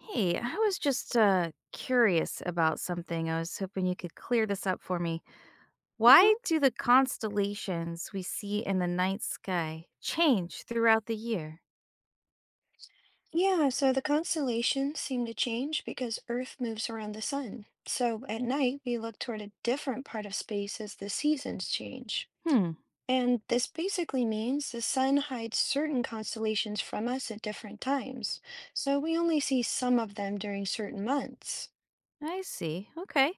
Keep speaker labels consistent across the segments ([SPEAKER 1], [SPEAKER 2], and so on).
[SPEAKER 1] Hey, I was just curious about something. I was hoping you could clear this up for me. Why
[SPEAKER 2] Mhm.
[SPEAKER 1] do the constellations we see in the night sky change throughout the year?
[SPEAKER 2] Yeah, so the constellations seem to change because Earth moves around the sun. So at night, we look toward a different part of space as the seasons change.
[SPEAKER 1] Hmm,
[SPEAKER 2] And this basically means the sun hides certain constellations from us at different times. So we only see some of them during certain months.
[SPEAKER 1] I see. Okay.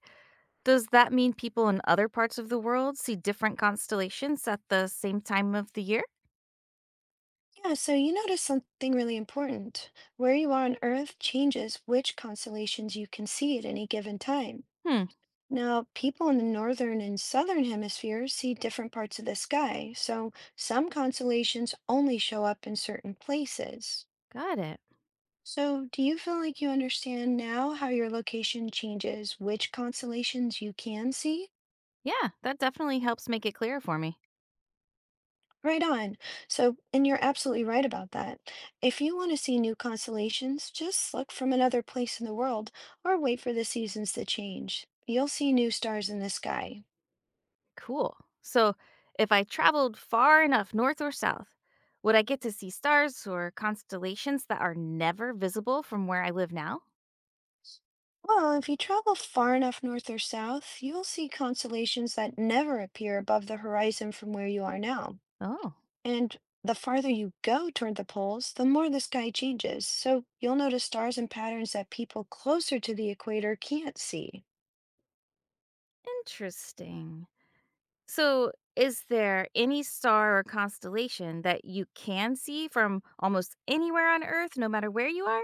[SPEAKER 1] Does that mean people in other parts of the world see different constellations at the same time of the year?
[SPEAKER 2] Yeah, so you notice something really important. Where you are on Earth changes which constellations you can see at any given time.
[SPEAKER 1] Hmm,
[SPEAKER 2] Now, people in the northern and southern hemispheres see different parts of the sky, so some constellations only show up in certain places.
[SPEAKER 1] got it.
[SPEAKER 2] So, do you feel like you understand now how your location changes which constellations you can see?
[SPEAKER 1] Yeah, that definitely helps make it clear for me.
[SPEAKER 2] Right on. So, and you're absolutely right about that. If you want to see new constellations, just look from another place in the world or wait for the seasons to change. You'll see new stars in the sky.
[SPEAKER 1] Cool. So, if I traveled far enough north or south, would I get to see stars or constellations that are never visible from where I live now?
[SPEAKER 2] Well, if you travel far enough north or south, you'll see constellations that never appear above the horizon from where you are now.
[SPEAKER 1] Oh,
[SPEAKER 2] And the farther you go toward the poles, the more the sky changes. So you'll notice stars and patterns that people closer to the equator can't see.
[SPEAKER 1] interesting. So, is there any star or constellation that you can see from almost anywhere on Earth, no matter where you are?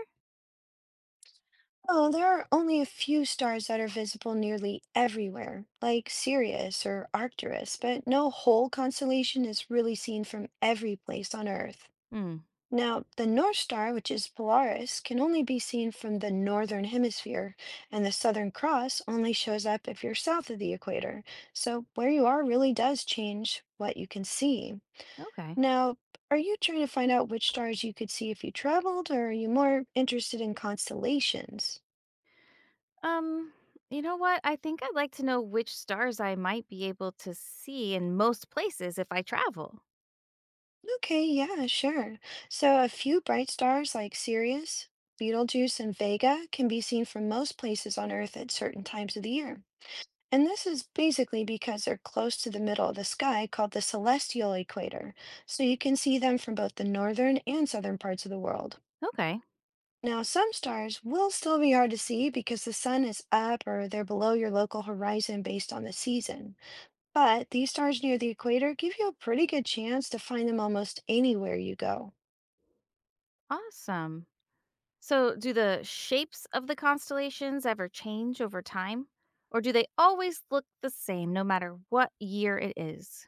[SPEAKER 2] Oh, there are only a few stars that are visible nearly everywhere, like Sirius or Arcturus, but no whole constellation is really seen from every place on Earth.
[SPEAKER 1] Hmm.
[SPEAKER 2] Now, the North Star, which is Polaris, can only be seen from the northern hemisphere, and the Southern Cross only shows up if you're south of the equator. So, where you are really does change what you can see.
[SPEAKER 1] Okay.
[SPEAKER 2] Now, are you trying to find out which stars you could see if you traveled, or are you more interested in constellations?
[SPEAKER 1] Um, you know what? I think I'd like to know which stars I might be able to see in most places if I travel.
[SPEAKER 2] Okay, yeah, sure. So, a few bright stars like Sirius, Betelgeuse, and Vega can be seen from most places on Earth at certain times of the year. And this is basically because they're close to the middle of the sky called the celestial equator, so you can see them from both the northern and southern parts of the world.
[SPEAKER 1] Okay.
[SPEAKER 2] Now, some stars will still be hard to see because the sun is up or they're below your local horizon based on the season. But these stars near the equator give you a pretty good chance to find them almost anywhere you go.
[SPEAKER 1] Awesome. So, do the shapes of the constellations ever change over time? Or do they always look the same no matter what year it is?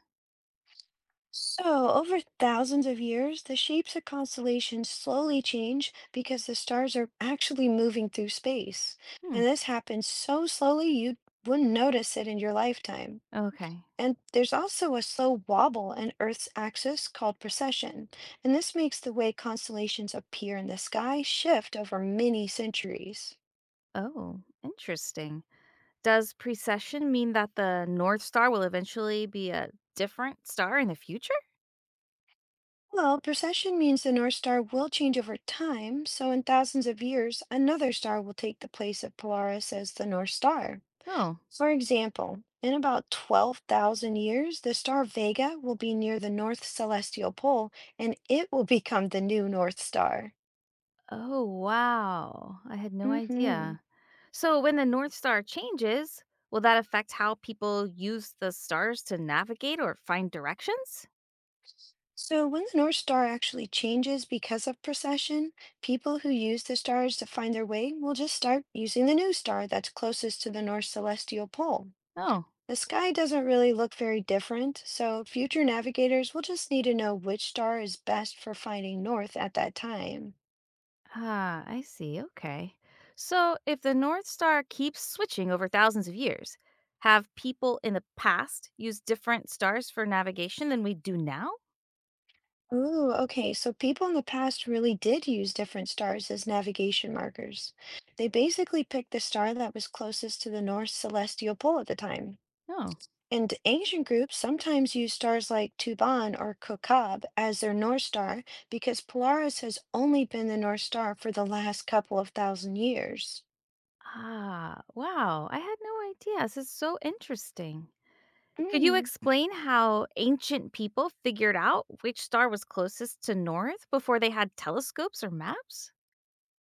[SPEAKER 2] So, over thousands of years, the shapes of constellations slowly change because the stars are actually moving through space.
[SPEAKER 1] Hmm.
[SPEAKER 2] And this happens so slowly you wouldn't notice it in your lifetime.
[SPEAKER 1] Okay.
[SPEAKER 2] And there's also a slow wobble in Earth's axis called precession. And this makes the way constellations appear in the sky shift over many centuries.
[SPEAKER 1] Oh, interesting. Does precession mean that the North Star will eventually be a different star in the future?
[SPEAKER 2] Well, precession means the North Star will change over time, so in thousands of years, another star will take the place of Polaris as the North Star.
[SPEAKER 1] Oh.
[SPEAKER 2] For example, in about 12,000 years, the star Vega will be near the North Celestial Pole and it will become the new North Star.
[SPEAKER 1] Oh, wow. I had no
[SPEAKER 2] Hmm.
[SPEAKER 1] idea. So, when the North Star changes, will that affect how people use the stars to navigate or find directions?
[SPEAKER 2] So, when the North Star actually changes because of precession, people who use the stars to find their way will just start using the new star that's closest to the North Celestial Pole.
[SPEAKER 1] Oh.
[SPEAKER 2] The sky doesn't really look very different, so future navigators will just need to know which star is best for finding north at that time.
[SPEAKER 1] Ah, I see. Okay. So, if the North Star keeps switching over thousands of years, have people in the past used different stars for navigation than we do now?
[SPEAKER 2] Ooh, okay. So people in the past really did use different stars as navigation markers. They basically picked the star that was closest to the North celestial pole at the time.
[SPEAKER 1] No.
[SPEAKER 2] And ancient groups sometimes used stars like Tuban or Kokab as their North Star because Polaris has only been the North Star for the last couple of thousand years.
[SPEAKER 1] Ah, wow. I had no idea. This is so interesting. Could you
[SPEAKER 2] Mm.
[SPEAKER 1] explain how ancient people figured out which star was closest to north before they had telescopes or maps?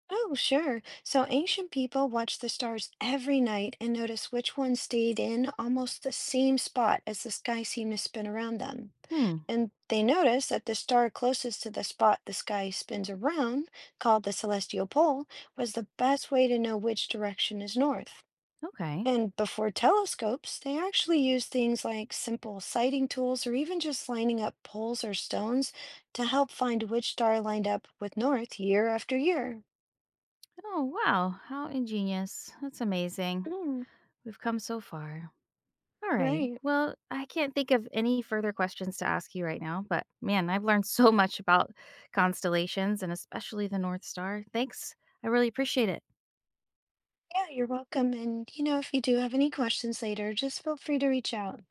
[SPEAKER 2] Oh, sure. So ancient people watched the stars every night and noticed which one stayed in almost the same spot as the sky seemed to spin around them.
[SPEAKER 1] Hmm.
[SPEAKER 2] And they notice that the star closest to the spot the sky spins around, called the celestial pole, was the best way to know which direction is north.
[SPEAKER 1] Okay.
[SPEAKER 2] And before telescopes, they actually used things like simple sighting tools or even just lining up poles or stones to help find which star lined up with north year after year.
[SPEAKER 1] Oh, wow. How ingenious. That's amazing.
[SPEAKER 2] Mm,
[SPEAKER 1] We've come so far. All right.
[SPEAKER 2] right.
[SPEAKER 1] Well, I can't think of any further questions to ask you right now, but man, I've learned so much about constellations and especially the North Star. Thanks. I really appreciate it.
[SPEAKER 2] Yeah, you're welcome. And, you know, if you do have any questions later, just feel free to reach out.